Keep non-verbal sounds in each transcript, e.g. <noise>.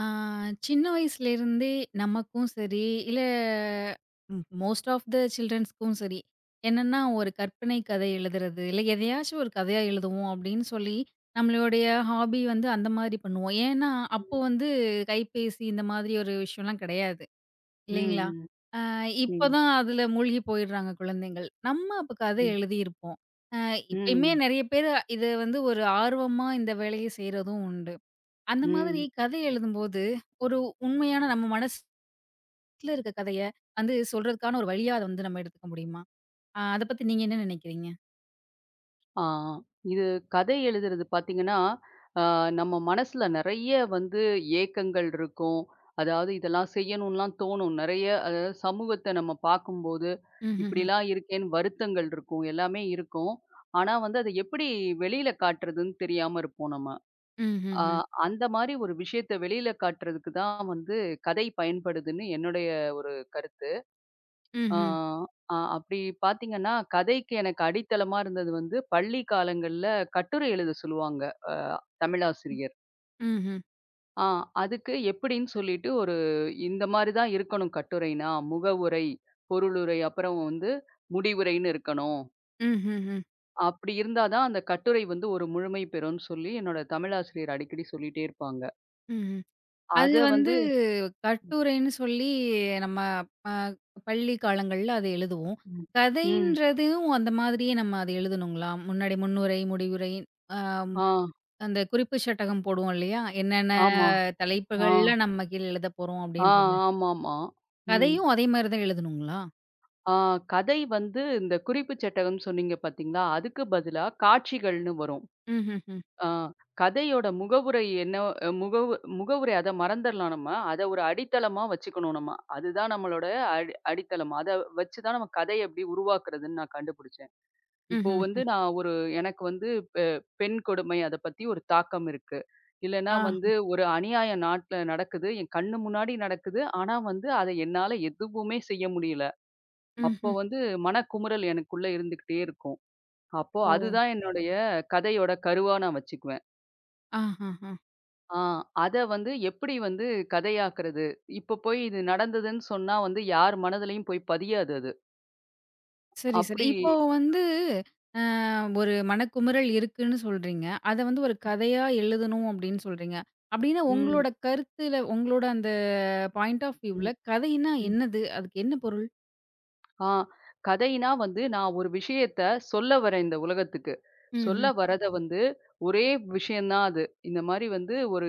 ஆ, சின்ன வயசுலேருந்தே நமக்கும் சரி, இல்ல மோஸ்ட் ஆஃப் த சில்ட்ரன்ஸ்க்கும் சரி, என்னன்னா ஒரு கற்பனை கதை எழுதுறது, இல்ல எதையாச்சும் ஒரு கதையா எழுதுவோம் அப்படின்னு சொல்லி, நம்மளுடைய ஹாபி வந்து அந்த மாதிரி பண்ணுவோம். ஏன்னா, அப்போ வந்து கைபேசி இந்த மாதிரி ஒரு விஷயம்லாம் கிடையாது. இல்லைங்களா? ம், அ இப்போ ம், தான் அதில மூழ்கி போயிடுறாங்க குழந்தைகள். நம்ம அப்ப கதை ம், எழுதியிருப்போம். அ இப்பயுமே ம், நெறைய பேரு இத வந்து ஒரு ஆர்வமா இந்த வேலைய செய்றதும் உண்டு. அந்த மாதிரி ம். கதை எழுதும்போது, ஒரு உண்மையான நம்ம மனசுல இருக்க கதைய வந்து சொல்றதுக்கான ஒரு வழியா அத வந்து நம்ம எடுத்துக்க முடியுமா? அத பத்தி நீங்க என்ன நினைக்கிறீங்க? ஆ இது கதை எழுதுறது பார்த்தீங்கன்னா, ஆ நம்ம மனசுல நெறைய வந்து ஏக்கங்கள் இருக்கும். அதாவது இதெல்லாம் செய்யணும்லாம் தோணும். நெறைய அதாவது சமூகத்த நம்ம பார்க்கும்போது, ம்ஹ்ஹ்ம். இப்படிலாம் இருக்கேன்னு வருத்தங்கள் இருக்கும். எல்லாமே இருக்கும். ஆனா வந்து அத எப்படி வெளியில காட்டுறதுன்னு தெரியாம இருப்போம் நம்ம. ஆ ம்ஹ்ஹ்ம். அந்த மாரி ஒரு விஷயத்த வெளியில காட்டுறதுக்கு தான் வந்து கதை பயன்படுதுன்னு என்னுடைய ஒரு கருத்து. ஆ, ம்ஹ்ம். ஆ அப்படி பார்த்தீங்கன்னா, கதைக்கு எனக்கு அடித்தளமா இருந்தது வந்து, பள்ளி காலங்கள்ல கட்டுரை எழுத சொல்லுவாங்க, அ தமிழாசிரியர். ம்ஹ்ம். ஆ அதுக்கு எப்படின்னு சொல்லிட்டு ஒரு இந்த மாரி தான் இருக்கணும் கட்டுரைனா, முகவுரை, பொருளுரை, அப்புறம் வந்து முடிவுரைன்னு இருக்கணும். ம்ஹ்ஹ்ம். அப்படி இருந்தா தான் அந்த கட்டுரை வந்து ஒரு முழுமை பெறும்னு சொல்லி என்னோட தமிழாசிரியர் அடிக்கடி சொல்லிட்டே இருப்பாங்க. ம்ஹ்ம். அது அத வந்து வந்து கட்டுரைன்னு சொல்லி நம்ம அ பள்ளி காலங்கள்ல அத எழுதுவோம். ம். ம். கதைன்றதும் அந்த மாதிரியே நம்ம அத எழுதணுங்களா? முன்னுரை, முடிவுரை, அ ஆ. அந்த குறிப்பு சட்டகம் போடுவோம் இல்லையா? என்னென்ன ஆமா. ஆ. தலைப்புகள்ல நம்ம கீழ எழுதப் போறோம் ஆ. அப்டின்ற ஆமாமா. ம். கதையும் அதே மாரி தான் எழுதணுங்களா? ஆ கதை வந்து இந்த குறிப்பு சட்டகம் சொன்னீங்க பார்த்தீங்களா? அதுக்கு பதிலா காட்சிகள்னு வரும். ம்ஹ்ஹ்ம். ஆ கதையோட முகவுரை என்ன அ முகவு முகவுரை அத மறந்தரலாம் நம்ம. அத ஒரு அடித்தளமா வச்சுக்கணும் நம்ம. அதுதான் நம்மளோட அடித்தளம். அத வச்சு தான் நம்ம கதைய எப்படி உருவாக்குறதுன்னு நான் கண்டுபிடிச்சேன். இப்போ வந்து ம்ஹ்ஹ்ம். நான் ஒரு எனக்கு வந்து பெ பெண் கொடுமை அத பத்தி ஒரு தாக்கம் இருக்கு. இல்லன்னா ஆ. வந்து ஒரு அநியாயம் நாட்ல நடக்குது. என் கண்ணு முன்னாடி நடக்குது. ஆனா வந்து அத என்னால எதுவுமே செய்ய முடியல. அப்போ ம்ஹ்ம். வந்து மனக்குமுறல் எனக்குள்ள இருந்துகிட்டே இருக்கும். அப்போ ஓ! அதுதான் என்னுடைய கதையோட கருவா நான் வச்சுக்குவேன். ஆஹஹா. ஆ அத வந்து எப்படி வந்து கதையாக்குறது? இப்போ போய் இது நடந்ததுன்னு சொன்னா வந்து யார் மனதிலயும் போய் பதியாது அது. சரி, சரி. அப்படி இப்போ வந்து அ ஒரு மனக்குமுறல் இருக்குன்னு சொல்றீங்க. அத வந்து ஒரு கதையா எழுதணும் அப்படின்னு சொல்றீங்க. அப்படின்னா ம், உங்களோட கருத்துல, உங்களோட அந்த பாயிண்ட் ஆஃப் வியூல ம், கதைன்னா ம். என்னது? அதுக்கு என்ன பொருள்? ஆ கதைனா வந்து நான் ஒரு விஷயத்த சொல்ல வரேன் இந்த உலகத்துக்கு. சொல்ல ம்ஹ்ம். வரத வந்து ஒரே விஷயம் தான் அது. இந்த மாரி வந்து ஒரு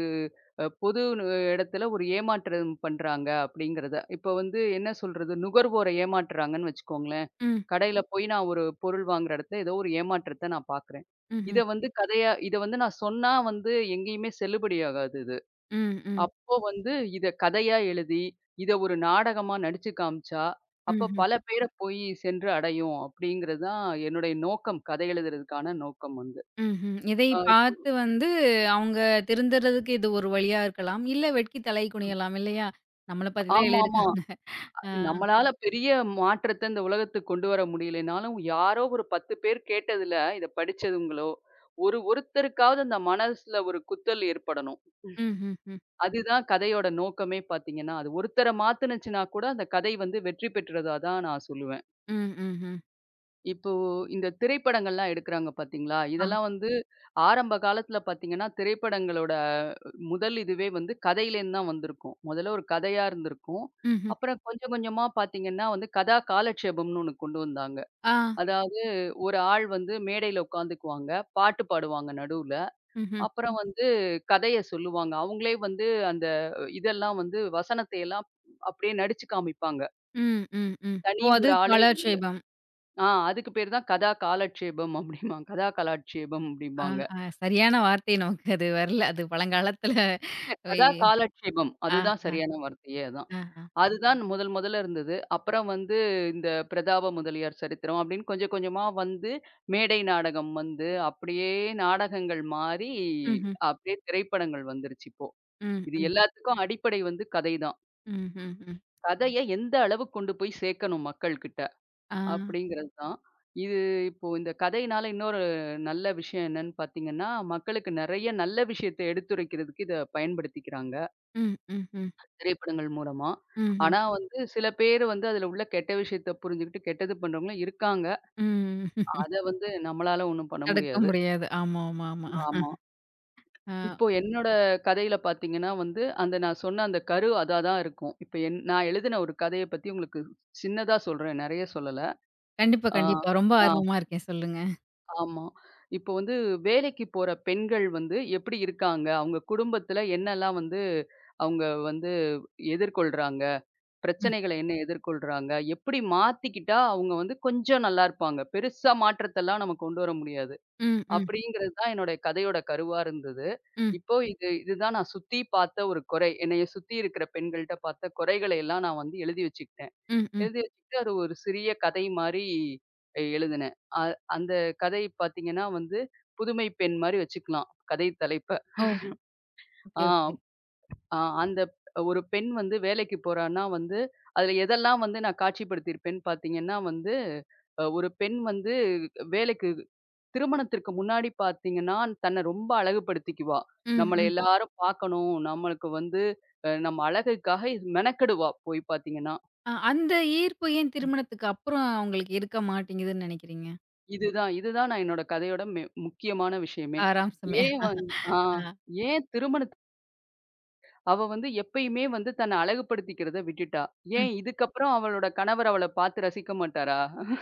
பொது இடத்துல ஒரு ஏமாற்றம் பண்றாங்க அப்படிங்கிறத. இப்போ வந்து என்ன சொல்றது? நுகர்வோர ஏமாற்றுறாங்கன்னு வச்சுக்கோங்களேன். ம். கடையில போய் நான் ஒரு பொருள் வாங்குற இடத்துல ஏதோ ஒரு ஏமாற்றத்த நான் பார்க்குறேன். இத ம்ஹ்ம். வந்து கதையா இத வந்து நான் சொன்னா வந்து எங்கேயுமே செல்லுபடியாகாது இது. ம். ம். அப்போ வந்து இத கதையா எழுதி, இத ஒரு நாடகமா நடிச்சு காமிச்சா, அப்ப ம்ஹ்ம். பல பேர போய் சென்று அடையும் அப்படிங்கிறது தான் என்னுடைய நோக்கம். கதை எழுதுறதுக்கான நோக்கம் வந்து. ம்ஹ்ம். இதை அ இப்போ பார்த்து வந்து அவங்க திருந்துறதுக்கு இது ஒரு வழியா இருக்கலாம். இல்ல வெட்கி தலை குனியலாம் இல்லையா? நம்மள பத்தி தான் ஆமாமா. எழுதியிருக்காங்க. ஆ. நம்மளால பெரிய மாற்றத்த இந்த உலகத்துக்கு கொண்டு வர முடியலைனாலும், யாரோ ஒரு 10 பேர் கேட்டதுல, இத படிச்சதுங்களோ, ஒருத்தருக்காவது அந்த மனசுல ஒரு குத்தல் ஏற்படணும். ம், ம், ம். அதுதான் கதையோட நோக்கமே பார்த்தீங்கன்னா, அது ஒருத்தர மாத்துனுச்சுன்னா கூட அந்த கதை வந்து வெற்றி பெற்றதா தான் நான் சொல்லுவேன். ம், ம்ஹ்ம். இப்போ இந்த திரைப்படங்கள்லாம் எடுக்குறாங்க பார்த்தீங்களா? ஆ. இதெல்லாம் வந்து ஆரம்ப காலத்துல பார்த்தீங்கன்னா, திரைப்படங்களோட முதல் இதுவே வந்து கதையிலேருந்து தான் வந்திருக்கும். முதல்ல ஒரு கதையா இருந்திருக்கும். ம்ஹ்ம். அப்புறம் கொஞ்சம் கொஞ்சமா பார்த்தீங்கன்னா வந்து கதா காலட்சேபம்ன்னு ஒண்ணு கொண்டு வந்தாங்க. ஆ. அதாவது ஒரு ஆள் வந்து மேடையில உட்காந்துக்குவாங்க, பாட்டு பாடுவாங்க நடுவுல. ம்ஹ்ம். அப்புறம் வந்து கதைய சொல்லுவாங்க. அவங்களே வந்து அந்த இதெல்லாம் வந்து வசனத்தை எல்லாம் அப்படியே நடிச்சு காமிப்பாங்க. ம், ம், ம். ஓ! தனி <laughs> அது ஒரு ஆளே காலாட்சேபம். அதுக்கு பேரு தான் கதா காலட்சேபம் அப்படிம்பாங்க. கதா கலாட்சேபம் ஆ, அப்படிம்பாங்க. ஆ. சரியான வார்த்தை நமக்கு அது வரல. அது பழங்காலத்துல இல்ல <laughs> வை கதா காலட்சேபம் ஆ, அதுதான் ஆ, சரியான வார்த்தையே அதான். ஆ, ஆ. அதுதான் முதல் முதல்ல இருந்தது. அப்புறம் வந்து இந்த பிரதாப முதலியார் சரித்திரம் அப்படின்னு கொஞ்சம் கொஞ்சமா வந்து மேடை நாடகம் வந்து, அப்படியே நாடகங்கள் மாறி ம்ஹ்ம். அப்படியே திரைப்படங்கள் வந்துருச்சு இப்போ. ம், இது ம். எல்லாத்துக்கும் அடிப்படை வந்து கதை தான். ம்ஹ்ம், ம். கதைய எந்த அளவுக்கு கொண்டு போய் சேர்க்கணும் மக்கள் கிட்ட ஆ. அப்படிங்கிறது தான். இது இப்போ இந்த கதையினால இன்னொரு நல்ல விஷயம் என்னன்னு பார்த்தீங்கன்னா, மக்களுக்கு நெறைய நல்ல விஷயத்த எடுத்துரைக்கிறதுக்கு இத பயன்படுத்திக்கிறாங்க. ம், ம்ஹ்ம். திரைப்படங்கள் மூலமா. ம்ஹ்ம். ஆனா வந்து சில பேரு வந்து அதுல உள்ள கெட்ட விஷயத்த புரிஞ்சுகிட்டு கெட்டது பண்றவங்களும் இருக்காங்க. ம். <laughs> அத வந்து நம்மளால ஒண்ணும் பண்ண தடுக்க முடியாது. முடியாது. ஆமா, ஆமா, ஆமா. ஆமா. ஆ. இப்போ என்னோட கதையில பார்த்தீங்கன்னா வந்து, அந்த நான் சொன்ன அந்த கரு அதா தான் இருக்கும். இப்ப நான் எழுதின ஒரு கதைய பத்தி உங்களுக்கு சின்னதா சொல்றேன். நெறைய சொல்லல. கண்டிப்பா, ஆ, கண்டிப்பா. ரொம்ப ஆ, ஆர்வமா இருக்கேன். சொல்லுங்க. ஆமா. இப்போ வந்து வேலைக்கு போற பெண்கள் வந்து எப்படி இருக்காங்க? அவங்க குடும்பத்துல என்னலாம் வந்து அவங்க வந்து எதிர்கொள்றாங்க? ம். பிரச்சனைகள என்ன எதிர்கொள்றாங்க? எப்படி மாத்திக்கிட்டா அவங்க வந்து கொஞ்சம் நல்லா இருப்பாங்க. பெருசா மாற்றத்தெல்லாம் நம்ம கொண்டு வர முடியாது. ம், ம். அப்படிங்கிறது தான் என்னோட கதையோட கருவா இருந்தது. ம், இப்போ இதுதான் நான் சுத்தி பார்த்த ஒரு குறை. என்னைய சுத்தி இருக்கிற பெண்கள்ட்ட பார்த்த குறைகளை எல்லாம் நான் வந்து எழுதி வச்சுக்கிட்டேன். ம், ம். எழுதி வச்சுக்கிட்டு அது ஒரு சிறிய கதை மாரி எழுதினேன். அ அந்த கதை பார்த்தீங்கன்னா வந்து, புதுமை பெண் மாரி வச்சுக்கலாம். கதை தலைப்ப. ஓ! ஓகே, ஆ ஓகே. ஆ அந்த ஒரு பெண் வந்து வேலைக்கு போறான்னா வந்து, அதுல எதெல்லாம் வந்து நான் காட்சிப்படுத்தியிருப்பேன்னு பார்த்தீங்கன்னா வந்து, ஒரு பெண் வந்து வேலைக்கு திருமணத்திற்கு முன்னாடி பார்த்தீங்கன்னா, தன்னை ரொம்ப அழகுபடுத்திக்குவா. ம், நம்மள ம். எல்லாரும் பார்க்கணும். நம்மளுக்கு வந்து நம்ம அழகுக்காக இது மெனக்கெடுவா போய் பார்த்தீங்கன்னா. அந்த ஈர்ப்பு ஏன் திருமணத்துக்கு அப்புறம் அவங்களுக்கு இருக்க மாட்டேங்குதுன்னு நினைக்கிறீங்க? இதுதான் இதுதான் நான் என்னோட கதையோட முக்கியமான விஷயமே. சாராம்சமே ஏன் வந் ஆ ஆ. ஏன் திருமணத்துக்கு அவ வந்து எப்பயுமே வந்து தன்னை அழகுபடுத்திக்கிறத விட்டுட்டா. ம். ஏன் இதுக்கப்புறம் அவளோட கணவர் அவள பார்த்து ரசிக்க மாட்டாரா?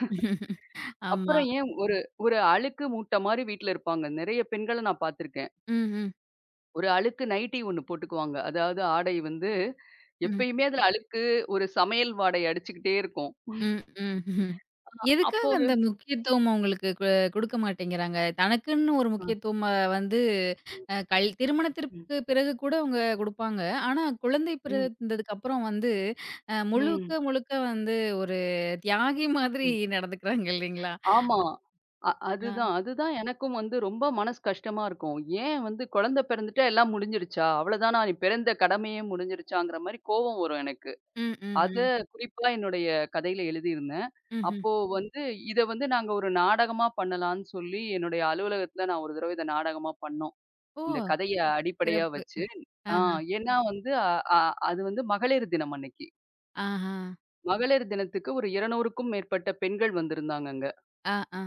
<laughs> ஆமா. அப்புறம் ஏன் ஒரு ஒரு அழுக்கு மூட்டை மாரி வீட்ல இருப்பாங்க. நெறைய பெண்கள நான் பார்த்துருக்கேன். ம், ம், ஒரு அழுக்கு நைட்டி ஒண்ணு போட்டுக்குவாங்க. அதாவது ஆடை வந்து ம், எப்பயுமே அதுல அழுக்கு, ஒரு சமையல் வாடை அடிச்சுக்கிட்டே இருக்கும். ம், ம், ம். அப்போ எதுக்காக அந்த ஒரு- முக்கியத்துவம் அவங்களுக்கு குடுக்க மாட்டேங்கிறாங்க? தனக்குன்னு ஒரு ம், முக்கியத்துவம் அ வந்து அ கல் ம், திருமணத்திற்கு பிறகு கூட அவங்க குடுப்பாங்க. ஆனா குழந்தை ம், பிறந்ததுக்கு அப்புறம் வந்து முழுக்க, ம். முழுக்க வந்து ஒரு தியாகி மாதிரி நடந்துக்கிறாங்க இல்லைங்களா? ஆமா. அ அதுதான், ஆ. அதுதான் எனக்கும் வந்து ரொம்ப மனசு கஷ்டமா இருக்கும். ஏன் வந்து குழந்தை பெறந்துட்டா எல்லாம் முடிஞ்சிருச்சா? அவ்வளதானா? நீ பிறந்த கடமையே முடிஞ்சிருச்சாங்கிற மாரி கோவம் வரும் எனக்கு. ம், ம், அத ம், குறிப்பா என்னுடைய கதையில எழுதியிருந்தேன். ம்ஹ்ம். அப்போ வந்து இத வந்து நாங்க ஒரு நாடகமா பண்ணலான்னு சொல்லி என்னுடைய அலுவலகத்துல நான் ஒரு தடவ இத நாடகமா பண்ணோம். ஓ! இந்த கதைய அடிப்படையா சிறப்பு. வச்சு. ஆ ஆ. ஏன்னா வந்து அ அ அது வந்து மகளிர் தினம் அன்னைக்கு. ஆஹா. மகளிர் தினத்துக்கு ஒரு 200க்கும் மேற்பட்ட பெண்கள் வந்திருந்தாங்கங்க. ஆ, ஆ,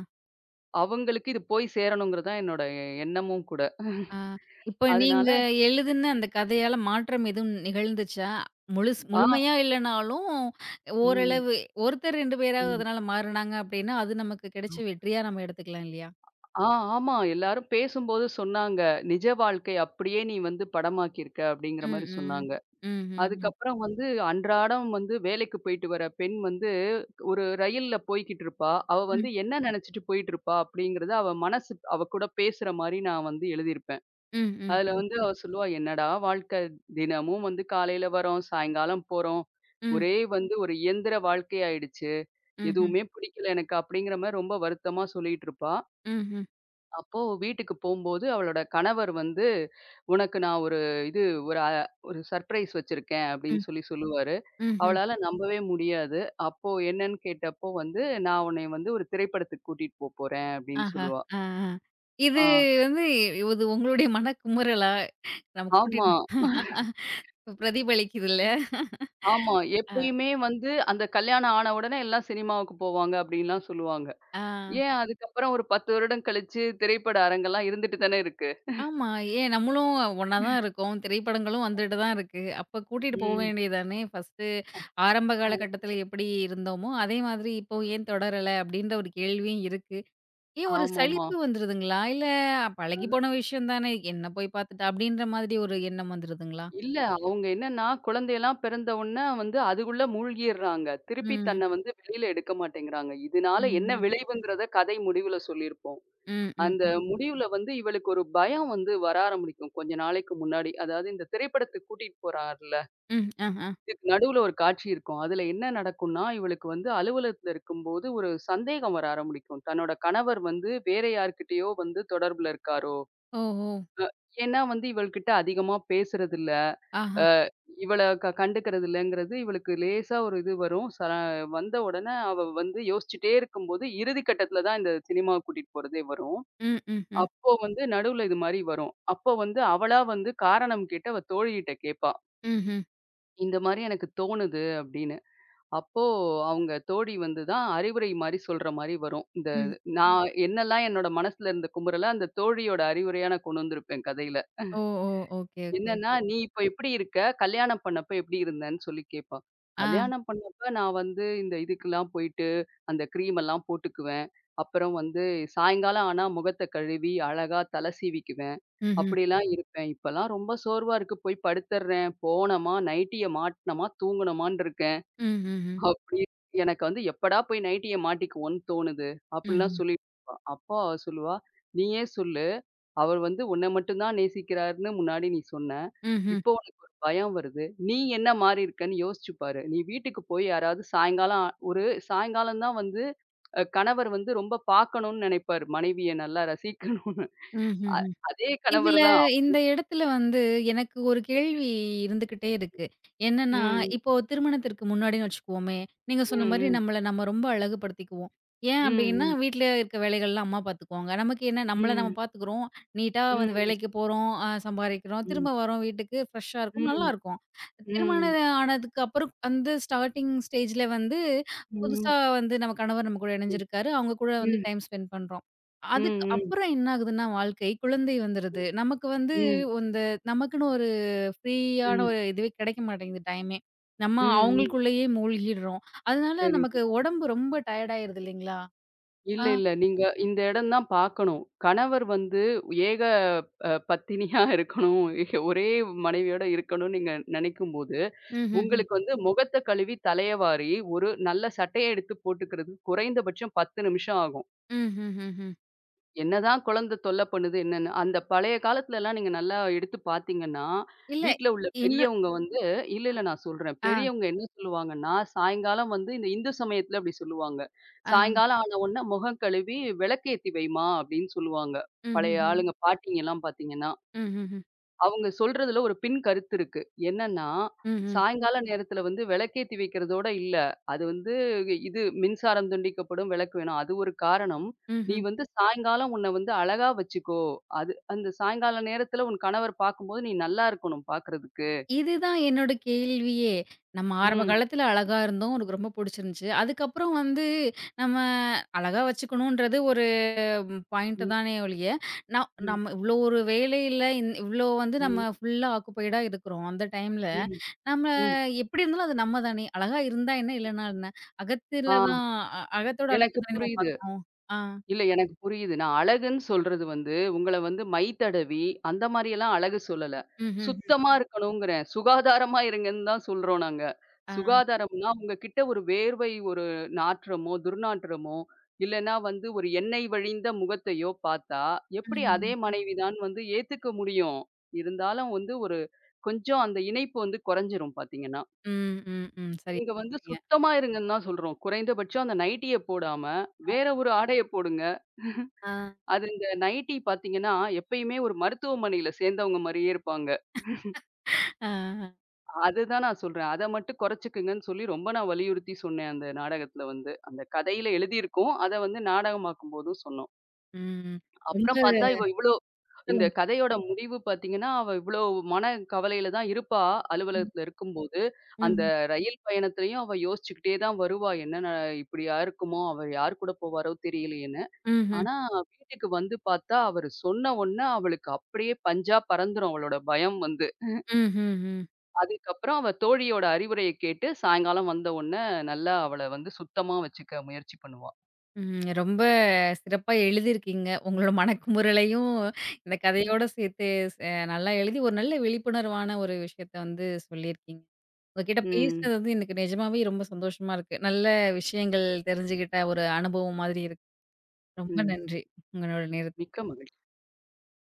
அவங்களுக்கு இது போய் சேரணுங்கிறது தான் என்னோட எண்ணமும் கூட. ஆ. இப்போ நீங்க அதனால எழுதுன அந்த கதையால மாற்றம் எதுவும் நிகழ்ந்துச்சா? ஆ, முழுமையா இல்லனாலும், ம், ஓரளவு ஒருத்தர் 2 பேராவது ம். அதனால மாறுனாங்க அப்டின்னா, அது நமக்கு கிடைச்ச வெற்றியா நம்ம எடுத்துக்கலாம் இல்லையா? ஆ, ஆமா. எல்லாரும் பேசும்போது சொன்னாங்க. "நிஜ வாழ்க்கை அப்படியே நீ வந்து படமாக்கியிருக்க" அப்படிங்கிற ம், மாரி ம். சொன்னாங்க. ம்ஹ்ஹ்ம். அதுக்கப்புறம் வந்து அன்றாடம் வந்து வேலைக்கு போயிட்டு வர பெண் வந்து ஒரு ரயில்ல போய்க்கிட்டு இருப்பா. அவ வந்து ம். என்ன நெனச்சுட்டு போயிட்டு இருப்பா அப்படிங்கிறத அவ மனசு அவ கூட பேசுற மாரி நான் வந்து எழுதியிருப்பேன். ம், ம், அதுல ம். வந்து அவ சொல்லுவா, "என்னடா வாழ்க்கை! தினமும் வந்து காலையில வரோம், சாயங்காலம் போறோம். ம். ஒரே வந்து ஒரு இயந்திர வாழ்க்கை ஆயிடுச்சு. ம்ஹ்ம். எதுவுமே பிடிக்கல எனக்கு." அப்படிங்கிற மாரி ரொம்ப வருத்தமா சொல்லிட்டு இருப்பா. ம்ஹ்ம். அப்போ வீட்டுக்கு போம்போது அவளோட கணவர் வந்து, "உனக்கு நான் ஒரு இது ஒரு அ ஒரு சர்ப்ரைஸ் வச்சிருக்கேன்." அப்படின்னு ம். சொல்லி சொல்லுவாரு. ம்ஹ்ம். அவளால நம்பவே முடியாது. அப்போ என்னன்னு கேட்டப்போ வந்து, "நான் உன்னைய வந்து ஒரு திரைப்படத்துக்கு கூட்டிட்டு போப்போறேன்." அப்படின்னு ஆஹா. சொல்லுவா. ஆ, ஆ. இது ஆ, வந்து இது உங்களுடைய மனக்குமுறலா? நம்ம ஆமா. கூட்டிட்டு பிரதிபலிக்குதுல்ல? ஆமா. அ, எப்பயுமே வந்து அந்த கல்யாணம் ஆன உடனே எல்லாம் சினிமாவுக்கு போவாங்க அப்படின்லாம் சொல்லுவாங்க. ஆ. ஆ. ஏன் அதுக்கப்புறம் ஒரு 10 வருடம் கழிச்சு திரைப்பட அரங்கெல்லாம் இருந்துட்டு தானே இருக்கு. ஆமா. ஏன் நம்மளும் ஒண்ணா தான் இருக்கோம். திரைப்படங்களும் வந்துட்டு தான் இருக்கு. அப்ப கூட்டிட்டு போ ம். வேண்டியது தானே! ஃபர்ஸ்ட்டு ஆரம்ப அ காலகட்டத்தில எப்படி இருந்தோமோ, அதே மாதிரி இப்போ ஏன் தொடரல? அப்படின்ற ஒரு கேள்வியும் இருக்கு. ஏன் ஒரு ஆமாமா. சலிப்பு வந்துருதுங்களா? இல்ல பழகி அது போன விஷயம் தானே, என்ன போய் பார்த்துட்டு அப்படின்ற மாதிரி ஒரு எண்ணம் வந்துருதுங்களா? இல்ல அவங்க என்னன்னா, குழந்தையெல்லாம் பிறந்த உடனே வந்து அதுக்குள்ள மூழ்கிர்றாங்க. திருப்பி ம். தன்னை வந்து வெளியில எடுக்க மாட்டேங்கிறாங்க. இதனால ம்ஹ்ம். என்ன விளைவுங்கிறத கதை முடிவுல சொல்லியிருப்போம். ம், ம், ம். அந்த ம். முடிவுல வந்து இவளுக்கு ஒரு பயம் வந்து வர ஆரம்பிக்கும் கொஞ்ச நாளைக்கு முன்னாடி. அதாவது இந்த திரைப்படத்துக்கு கூட்டிட்டு போறார்ல. ம், ஆஹா. இதுக்கு நடுவுல ஒரு காட்சி இருக்கும். அதுல என்ன நடக்கும்னா, இவளுக்கு வந்து அலுவலகத்துல இருக்கும்போது ஒரு சந்தேகம் வர ஆரம்பிக்கும். தன்னோட கணவர் வந்து வேற யார்கிட்டயோ வந்து தொடர்புல இருக்காரோ? ஓஹோ! ஏன்னா வந்து இவள்கிட்ட அதிகமா பேசுறதில்ல. ஆஹா. அ இவள கண்டுக்கிறது இல்லங்கிறது இவளுக்கு லேசா ஒரு இது வரும். வந்த உடனே அவ வந்து யோசிச்சுட்டே இருக்கும்போது, இறுதி கட்டத்துல தான் இந்த சினிமாவுக்கு கூட்டிட்டு போறதே வரும். ம், ம், ம். அப்போ வந்து நடுவுல இது மாரி வரும். அப்போ வந்து அவளா வந்து காரணம் கேட்டு அவ தோழிகிட்ட கேட்பா. ம்ஹ்ம். இந்த மாரி எனக்கு தோணுது அப்படின்னு. அப்போ அவங்க தோழி வந்து தான் அறிவுரை மாரி சொல்ற மாரி வரும். இந்த ம். ம். நான் ம். என்னலாம் என்னோட மனசுல இருந்த குமுறல அந்த தோழியோட அறிவுரையா நான் கொண்டு வந்திருப்பேன் கதையில. ஓ! ஓ! ஓகே, ஓகே, என்னன்னா, ஓகே. "நீ இப்ப எப்படி இருக்க? கல்யாணம் பண்ணப்ப எப்படி இருந்தன்னு?" சொல்லி கேட்பா. ஆ. கல்யாணம் பண்ணப்ப நான் வந்து இதுக்கெல்லாம் போயிட்டு, அந்த கிரீம் எல்லாம் போட்டுக்குவேன். அப்புறம் வந்து சாயங்காலம் ஆனா முகத்த கழுவி, அழகா தல சீவிக்குவேன். ம்ஹ்ம். அப்படிலாம் இருப்பேன். இப்பலாம் ரொம்ப சோர்வா இருக்கு. போய் படுத்துர்றேன். போனோமா, நைட்டிய மாட்டுனோமா, தூங்குனோமான்னு இருக்கு. ம், ம்ஹ்ம். அப்படி எனக்கு வந்து எப்படா போய் நைட்டிய மாட்டிக்குவோன்னு தோணுது. அப்படிலாம் ம்ஹ்ம். சொல்லிட்டு இருப்பா. அப்பா அவ சொல்லுவா, "நீயே சொல்லு, அவர் வந்து உன்ன மட்டும் தான் நேசிக்கிறாருன்னு முன்னாடி நீ சொன்ன. ம்ஹ்ம். இப்போ உனக்கு ஒரு பயம் வருது. நீ என்ன மாறி இருக்கன்னு யோசிச்சு பாரு. நீ வீட்டுக்கு போய் யாராவது சாயங்காலம் தான் வந்து கணவர் வந்து ரொம்ப பார்க்கணும்னு நெனைப்பாரு. மனைவிய நல்லா ரசிக்கணும்னு. அ ம்ஹ்ம். அதே கணவர் இதுல தான். இந்த இடத்துல வந்து எனக்கு ஒரு கேள்வி இருந்துகிட்டே இருக்கு. என்னன்னா, ம், இப்போ திருமணத்திற்கு முன்னாடின்னு வச்சுக்குவோமே, நீங்க சொன்ன மாரி ம், ம், நம்மள நம்ம ரொம்ப அழகுபடுத்திக்குவோம். ஏன் அப்டின்னா, ம், வீட்ல இருக்க வேலைகள்லாம் அம்மா பார்த்துக்குவாங்க. நமக்கு என்ன நம்மள நம்ம ம், பார்த்துக்குறோம். நீட்டா வந்து ம், வேலைக்கு போறோம், சம்பாரிக்கிறோம், ம், திரும்ப வரோம் வீட்டுக்கு ஃப்ரெஷ்ஷா ம், இருக்கும், ம், நல்லாருக்கும். ம், ம், திருமணம் ஆனதுக்கு அப்புறம் வந்து ஸ்டார்ட்டிங் ஸ்டேஜ்ல வந்து புதுசா ம், வந்து நம்ம கணவர் நம்ம கூட ம், இணைஞ்சிருக்காரு. அவங்க கூட வந்து ம். டைம் ஸ்பெண்ட் பண்றோம். அதுக்கு ம், ம், அப்புறம் என்ன ஆகுதுன்னா வாழ்க்கை, குழந்தை வந்துருது. நமக்கு வந்து ம், இந்த நமக்குன்னு ஒரு ஃப்ரீயான ம், ஒரு இதுவே கிடைக்க மாட்டேங்குது டைமே. நம்ம ம், ம். அவங்களுக்குள்ளேயே மூழ்கிடுறோம். அதனால சரிங்க. நமக்கு உடம்பு ரொம்ப டயர்ட் ஆயிருது இல்லைங்களா? ஆ. இல்ல, இல்ல. நீங்க இந்த இடம் தான் பார்க்கணும். கணவர் வந்து ஏக அ பத்தினியா <laughs> இருக்கணும். ஒரே மனைவியோட இருக்கணும்னு நீங்க நினைக்கும்போது, ம்ஹ்ஹ்ம். உங்களுக்கு வந்து முகத்த கழுவி, தலைய வாரி, ஒரு நல்ல சட்டைய எடுத்து போட்டுக்கிறதுக்கு குறைந்தபட்சம் 10 நிமிஷம் ஆகும். ம்ஹ்ஹ்ஹ்ம். என்னதான் குழந்தை தொல்ல பண்ணுது என்னன்னு, அந்த பழைய காலத்துலலாம் நீங்க நல்லா எடுத்து பார்த்தீங்கன்னா, இல்ல. வீட்ல உள்ள என்ன பெரியவங்க வந்து இல்ல, இல்ல நான் சொல்றேன். ஆ, பெரியவங்க என்ன சொல்லுவாங்கன்னா, சாயங்காலம் வந்து இந்த இந்து சமயத்துல அப்படி சொல்லுவாங்க. ஆ. சாயங்காலம் ஆன உடனே முகம் கழுவி விளக்கேத்தி வைம்மா அப்படின்னு சொல்லுவாங்க. பழைய ம்ஹ்ஹ்ம். ஆளுங்க பாட்டிங்கலாம் பார்த்தீங்கன்னா. ம்ஹ்ஹ்ம். அவங்க சொல்றதுல ஒரு பின் கருத்து இருக்கு. என்னன்னா, ம்ஹ்ம். சாயங்கால நேரத்துல வந்து விளக்கேத்தி வைக்கிறதோட இல்ல. அது வந்து இது மின்சாரம் துண்டிக்கப்படும், விளக்கு வேணும். அது ஒரு காரணம். நீ ம்ஹ்ம். வந்து சாயங்காலம் உன்ன வந்து அழகா வச்சுக்கோ. அது அந்த சாயங்கால நேரத்துல உன் கணவர் பார்க்கும்போது நீ நல்லா இருக்கணும் பார்க்கறதுக்கு. இதுதான் என்னோட கேள்வியே. நம்ம ஆரம்ப ம். காலத்துல அழகா இருந்தோம். உனக்கு ரொம்ப புடிச்சிருந்துச்சு. அதுக்கப்புறம் வந்து நம்ம அழகா வச்சுக்கணுன்றது ஒரு பாயிண்ட் ம். தானே ஒழிய, ந ம். நம்ம இவ்ளோ ஒரு வேலையில இவ்ளோ வந்து ம். நம்ம ஃபுல்லா ஆக்குபைடா இருக்கிறோம். அந்த டைம்ல ம். நம்ம ம். எப்படி இருந்தாலும் அது நம்ம தானே. அழகா இருந்தா என்ன, இல்லன்னா என்ன? ஆ அகத்தில தான் அகத்தோட அழகு எனக்கு தானே நம்ம புரியுது. பார்க்கணும். ஆ. இல்ல எனக்கு புரியுது. நான் அழகுன்னு சொல்றது வந்து, உங்கள வந்து மை தடவி, அந்த மாரியெல்லாம் அழகு சொல்லல. ம்ஹ்ம். சுத்தமா இருக்கணுங்கிறேன். சுகாதாரமா இருங்கன்னு தான் சொல்றோம் நாங்க. ஆ. சுகாதாரம்னா உங்ககிட்ட ஒரு வேர்வை ஒரு நாற்றமோ, துர்நாற்றமோ, இல்லன்னா வந்து ஒரு எண்ணெய் வழிந்த முகத்தையோ பார்த்தா, எப்படி ம்ஹ்ம். அதே மனைவி தான் வந்து ஏத்துக்க முடியும்? இருந்தாலும் வந்து ஒரு கொஞ்சம் அந்த இணைப்பு வந்து குறைஞ்சிரும் பார்த்தீங்கன்னா. ம், ம், ம். சரி. நீங்க வந்து சரிங்க. சுத்தமா இருங்கன்னு தான் சொல்றோம். குறைந்தபட்சம் அந்த நைட்டிய போடாம, வேற ஒரு ஆடைய போடுங்க. ஆ. அது இந்த நைட்டி பார்த்தீங்கன்னா, எப்பயுமே ஒரு மருத்துவமனையில சேர்ந்தவங்க மாரியே இருப்பாங்க. ஆ. அதுதான் நான் சொல்றேன். அத மட்டும் குறைச்சுக்கங்கன்னு சொல்லி ரொம்ப நான் வலியுறுத்தி சொன்னேன் அந்த நாடகத்துல வந்து. அந்த கதையில எழுதியிருக்கோம். அத வந்து நாடகமாக்கும்போதும் சொன்னோம். ம். ரொம்ப அப்புறம் பார்த்தா இவ்ளோ இந்த சொல்லுங்க. கதையோட முடிவு பார்த்தீங்கன்னா, அவ இவ்ளோ மன கவலையில தான் இருப்பா அலுவலகத்துல இருக்கும்போது. அந்த ம்ஹ்ம். ரயில் பயணத்திலயும் அவ யோசிச்சுக்கிட்டே தான் வருவா. என்ன இப்படியா இருக்குமோ? அவ யார் கூட போவாரோ தெரியலையேன்னு. ம்ஹ்ம். ஆனா, வீட்டுக்கு வந்து பார்த்தா, அவரு சொன்ன உடனே அவளுக்கு அப்படியே பஞ்சா பறந்துரும் அவளோட பயம் வந்து. ம்ஹ்ஹ்ம். அதுக்கப்புறம் அவ தோழியோட அறிவுரைய கேட்டு, சாயங்காலம் வந்த உடனே நல்லா அவள வந்து சுத்தமா வச்சுக்க முயற்சி பண்ணுவா. ம். ரொம்ப சிறப்பா எழுதியிருக்கீங்க. உங்களோட மனக்குமுறலையும் இந்த கதையோட சேர்த்து ச நல்லா எழுதி ஒரு நல்ல விழிப்புணர்வான ஒரு விஷயத்த வந்து சொல்லியிருக்கீங்க. உங்ககிட்ட ம், பேசினது வந்து எனக்கு நிஜமாவே ரொம்ப சந்தோஷமா இருக்கு. நல்ல விஷயங்கள் தெரிஞ்சுக்கிட்ட ஒரு அனுபவம் மாதிரி இருக்கு. ரொம்ப ம். நன்றி உங்களோட நேரத்துக்கு. மிக்க மகிழ்ச்சி.